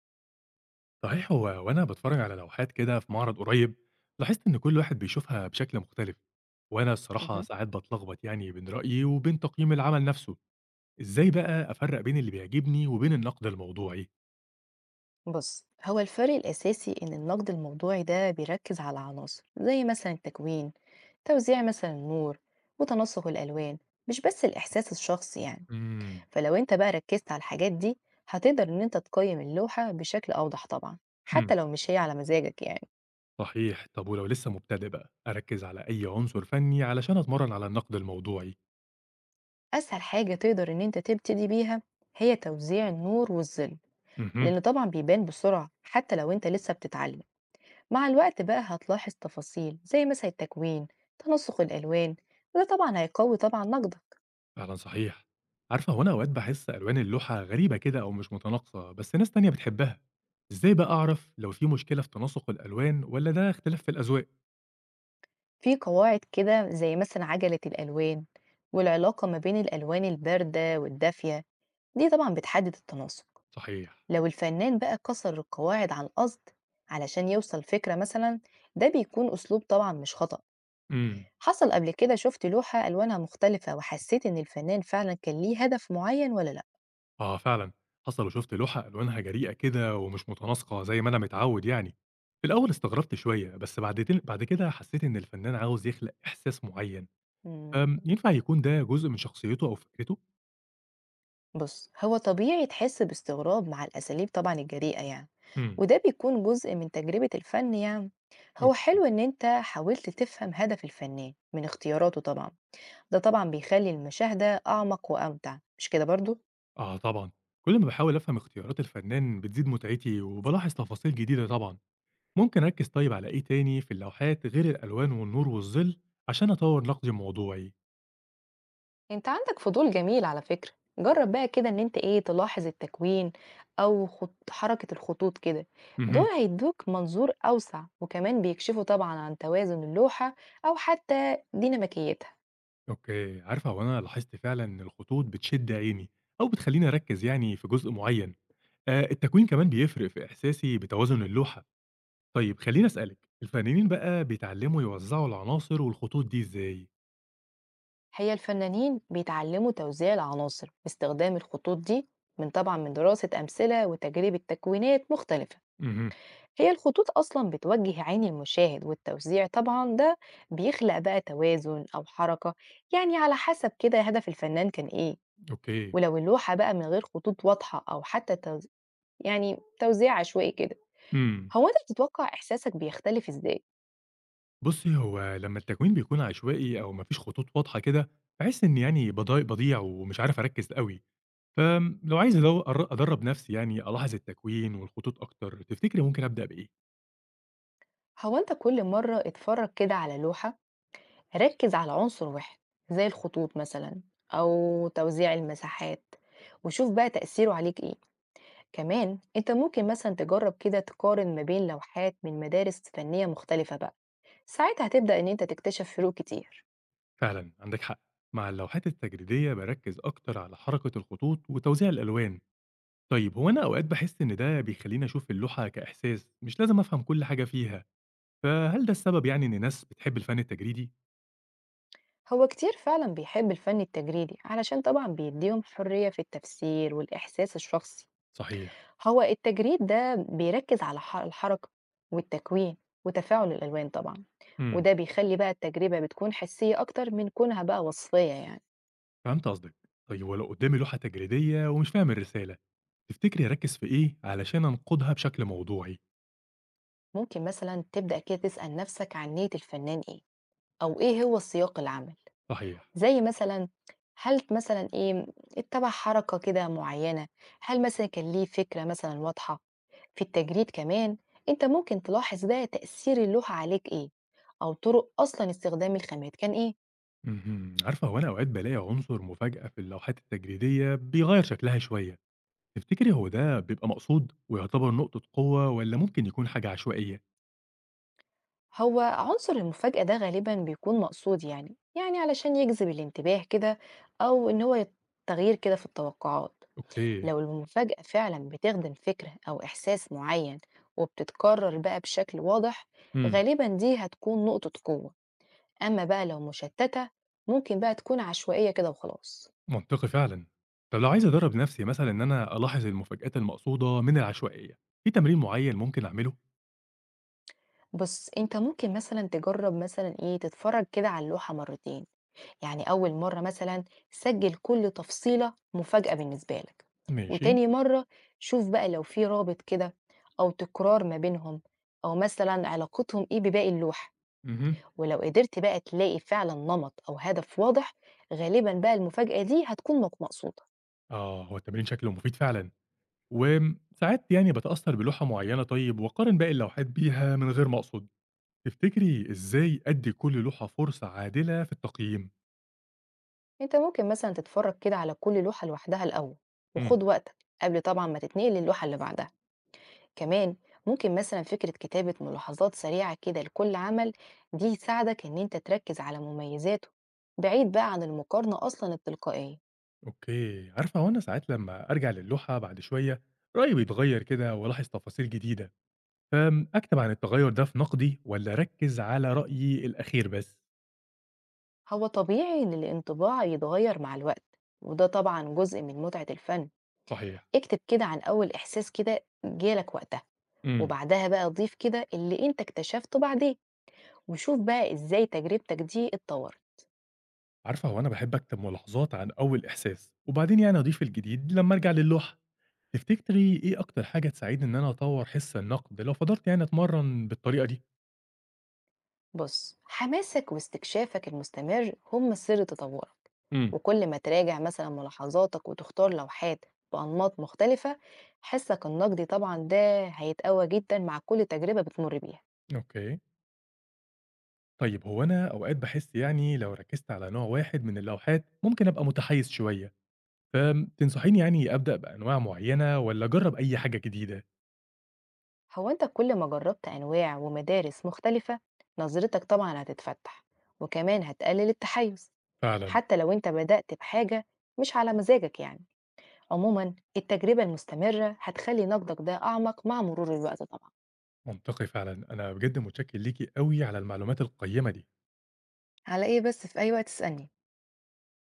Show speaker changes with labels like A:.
A: صحيح، هو وأنا باتفرج على لوحات كده في معرض قريب لاحظت إن كل واحد بيشوفها بشكل مختلف. وأنا الصراحة
B: مهم.
A: ساعات بتلخبط يعني بين رأيي وبين تقييم العمل نفسه. إزاي بقى أفرق بين اللي بيعجبني وبين النقد الموضوعي؟
B: بص هو الفرق الأساسي إن النقد الموضوعي ده بيركز على عناصر زي مثلا التكوين، توزيع مثلا النور وتناسق الألوان، مش بس الإحساس الشخصي يعني.
A: امم
B: فلو أنت بقى ركزت على الحاجات دي، هتقدر إن أنت تقيم اللوحة بشكل أوضح طبعا،
A: امم
B: حتى لو مش هي على مزاجك يعني.
A: صحيح، طب ولو لسه مبتدئ بقى أركز على أي عنصر فني علشان أتمرن على النقد الموضوعي؟
B: أسهل حاجة تقدر إن أنت تبتدي بيها هي توزيع النور والظل،
A: مهم.
B: لأن طبعا بيبان بسرعة حتى لو أنت لسه بتتعلم. مع الوقت بقى هتلاحظ تفاصيل زي مثلا التكوين، تنسق الألوان، وده طبعا هيقوي طبعا نقدك.
A: فعلًا صحيح. عارفة، هو أنا أوقات باحس ألوان اللوحة غريبة كده أو مش متناسقة، بس ناس تانية بتحبها. إزاي بقى أعرف لو في مشكلة في تناسق الألوان والّا ده اختلاف في الأذواق؟
B: في قواعد كده زي مثلا عجلة الألوان والعلاقة ما بين الألوان الباردة والدافية، دي طبعا بتحدد التناسق.
A: صحيح.
B: لو الفنان بقى كسر القواعد عن قصد علشان يوصل فكرة مثلا، ده بيكون أسلوب طبعا مش خطأ.
A: إمم.
B: حصل قبل كده شفت لوحة ألوانها مختلفة وحسيت إن الفنان فعلا كان ليه هدف معين ولا لأ؟
A: آه فعلًا. حصل وشُفت لوحة ألوانها جريئة كده ومش متناسقة زي ما أنا متعود يعني. في الأول استغربت شوية، بس بعد كده حسيت إن الفنان عاوز يخلق إحساس معيّن.
B: مم.
A: ينفع يكون ده جزء من شخصيته أو فكرته؟
B: بص هو طبيعي تحس باستغراب مع الأساليب طبعا الجريئة يعني،
A: إمم.
B: وده بيكون جزء من تجربة الفن يعني. هو
A: أوكي.
B: حلو إن أنت حاولت تفهم هدف الفنان من اختياراته طبعا، ده طبعا بيخلي المشاهدة أعمق وأمتع، مش كده برضو؟
A: آه طبعًا، كل ما باحاول أفهم اختيارات الفنان بتزيد متعتي وبالاحظ تفاصيل جديدة طبعًا، ممكن أركّز طيب على إيه تاني في اللوحات غير الألوان والنور والظل عشان أطوّر نقدي موضوعي؟
B: أنت عندك فضول جميل على فكرة. جرب بقى كده إن أنت إيه تلاحظ التكوين، أو حركة الخطوط كده. دول
A: اهم،
B: هيدوك منظور أوسع، وكمان بيكشفوا طبعا عن توازن اللوحة أو حتى ديناميكيتها.
A: أوكي، عارفة هو أنا لاحظت فعلًا إن الخطوط بتشد عيني أو بتخلّيني أركّز يعني في جزء معيّن، التكوين كمان بيفرق في إحساسي بتوازن اللوحة، طيب خلّيني أسألِك، الفنانين بقى بيتعلّموا يوزّعوا العناصر والخطوط دي إزاي؟
B: هي الفنانين بيتعلموا توزيع العناصر باستخدام الخطوط دي من طبعا من دراسة أمثلة وتجربة تكوينات مختلفة.
A: اهم،
B: هي الخطوط أصلا بتوجه عين المشاهد، والتوزيع طبعا ده بيخلق بقى توازن أو حركة، يعني على حسب كده هدف الفنان كان إيه.
A: أوكي،
B: ولو اللوحة بقى من غير خطوط واضحة أو حتى يعني توزيع عشوائي كده،
A: إمم.
B: هو أنت بتتوقع إحساسك بيختلف إزاي؟
A: بُصّي، هو لمّا التكوين بيكون عشوائي أو ما فيش خطوط واضحة كده، باحس إني يعني باضيع ومش عارف أركّز أوي، فلو عايز أدو أر أدرّب نفسي يعني ألاحظ التكوين والخطوط أكتر، تفتكري ممكن أبدأ بإيه؟
B: هو أنت كل مرة اتفرج كده على لوحة، ركز على عنصر واحد زي الخطوط مثلا أو توزيع المساحات، وشوف بقى تأثيره عليك إيه. كمان أنت ممكن مثلا تجرب كده تقارن ما بين لوحات من مدارس فنية مختلفة بقى، ساعتها هتبدأ إن أنت تكتشف فروق كتير.
A: فعلًا عندِك حق، مع اللوحات التجريدية باركّز أكتر على حركة الخطوط وتوزيع الألوان. طيب هو أنا أوقات باحس إن ده بيخلّيني أشوف اللوحة كإحساس، مش لازم أفهم كل حاجة فيها، فهل ده السبب يعني إن ناس بتحب الفن التجريدي؟
B: هو كتير فعلا بيحب الفن التجريدي علشان طبعا بيديهم حرية في التفسير والإحساس الشخصي.
A: صحيح،
B: هو التجريد ده بيركز على الحركة والتكوين وتفاعل الألوان طبعا،
A: إمم.
B: وده بيخلي بقى التجربة بتكون حسية أكتر من كونها بقى وصفية يعني.
A: فهمت قصدك. طيب ولو قدامي لوحة تجريدية ومش فاهم الرسالة، تفتكري أركز في إيه علشان أنقدها بشكل موضوعي؟
B: ممكن مثلا تبدأ كده تسأل نفسك عن نية الفنان إيه، أو إيه هو سياق العمل.
A: صحيح.
B: زي مثلا هل مثلا إيه اتبع حركة كده معينة، هل مثلا كان ليه فكرة مثلا واضحة. في التجريد كمان أنت ممكن تلاحظ بقى تأثير اللوحة عليك إيه، أو طرق أصلا استخدام الخامات كان إيه.
A: اهم. عارفة هو أنا أوقات بلاقي عنصر مفاجأة في اللوحات التجريدية بيغير شكلها شوية، تفتكري هو ده بيبقى مقصود ويعتبر نقطة قوة ولا ممكن يكون حاجة عشوائية؟
B: هو عنصر المفاجأة ده غالبا بيكون مقصود، يعني علشان يجذب الانتباه كده، أو إن هو تغيير كده في التوقعات.
A: أوكي.
B: لو المفاجأة فعلا بتخدم فكرة أو إحساس معين وبتتكرر بقى بشكل واضح،
A: امم.
B: غالبا دي هتكون نقطة قوة. أما بقى لو مشتتة، ممكن بقى تكون عشوائية كده وخلاص.
A: منطقي فعلا. طب لو عايز أدرب نفسي مثلا إن أنا ألاحظ المفاجآت المقصودة من العشوائية، في تمرين معين ممكن أعمله؟
B: بص انت ممكن مثلا تجرب مثلا ايه تتفرج كده على اللوحة مرتين. يعني أول مرة مثلا سجل كل تفصيلة مفاجأة بالنسبة لك،
A: ماشي.
B: وتاني مرة شوف بقى لو في رابط كده أو تكرار ما بينهم، أو مثلا علاقتهم إيه بباقي اللوحة.
A: اها.
B: ولو قدرت بقى تلاقي فعلا نمط أو هدف واضح، غالبا بقى المفاجأة دي هتكون مقصودة.
A: آه هو التمرين شكله مفيد فعلا. وساعات يعني باتأثّر بلوحة معيّنة طيب وأقارن باقي اللوحات بيها من غير ما أقصد، تفتكري إزاي أدّي كل لوحة فرصة عادلة في التقييم؟
B: انت ممكن مثلا تتفرج كده على كل لوحة لوحدها الأول
A: إمم.
B: وخد وقتك، قبل طبعا ما تتنقل للوحة اللي بعدها. كمان ممكن مثلا فكرة كتابة ملاحظات سريعة كده لكل عمل، دي تساعدك إن أنت تركز على مميزاته بعيد بقى عن المقارنة أصلا التلقائية.
A: أوكي، عارفة هو أنا ساعات لمّا أرجع للوحة بعد شوية رأيي بيتغيّر كده وألاحظ تفاصيل جديدة، فآمم أكتب عن التغيّر ده في نقدي والّا أركّز على رأيي الأخير بس؟
B: هو طبيعي إن الانطباع يتغير مع الوقت، وده طبعا جزء من متعة الفن.
A: صحيح.
B: اكتب كده عن أول إحساس كده جالك وقتها،
A: إمم.
B: وبعدها بقى ضيف كده اللي أنت اكتشفته بعدين، وشوف بقى إزاي تجربتك دي اتطورت.
A: عارفة هو أنا باحب أكتب ملاحظات عن أول إحساس، وبعدين يعني أضيف الجديد لمّا أرجع للوحة. تفتكري إيه أكتر حاجة تساعدني إن أنا أطوّر حِس النقد لو فضلت يعني أتمرّن بالطريقة دي؟
B: بص حماسك واستكشافك المستمر هم سر تطورك،
A: إمم.
B: وكل ما تراجع مثلا ملاحظاتك وتختار لوحات بأنماط مختلفة، حسك النقدي طبعا ده هيتقوى جدا مع كل تجربة بتمر بيها.
A: أوكي. طيب هو أنا أوقات باحس يعني لو ركّزت على نوع واحد من اللوحات ممكن أبقى متحيّز شوية، فتنصحيني يعني أبدأ بأنواع معيّنة والّا أجرّب أي حاجة جديدة؟
B: هو انت كل ما جربت أنواع ومدارس مختلفة، نظرتك طبعا هتتفتح وكمان هتقلل التحيز.
A: فعلًا،
B: حتى لو انت بدأت بحاجة مش على مزاجك يعني، عموما التجربة المستمرة هتخلي نقدك ده أعمق مع مرور الوقت طبعا.
A: منطقي فعلًا. أنا بجد متشكّر ليكِ أوي على المعلومات القيّمة دي.
B: على ايه بس، في أي وقت تسألني.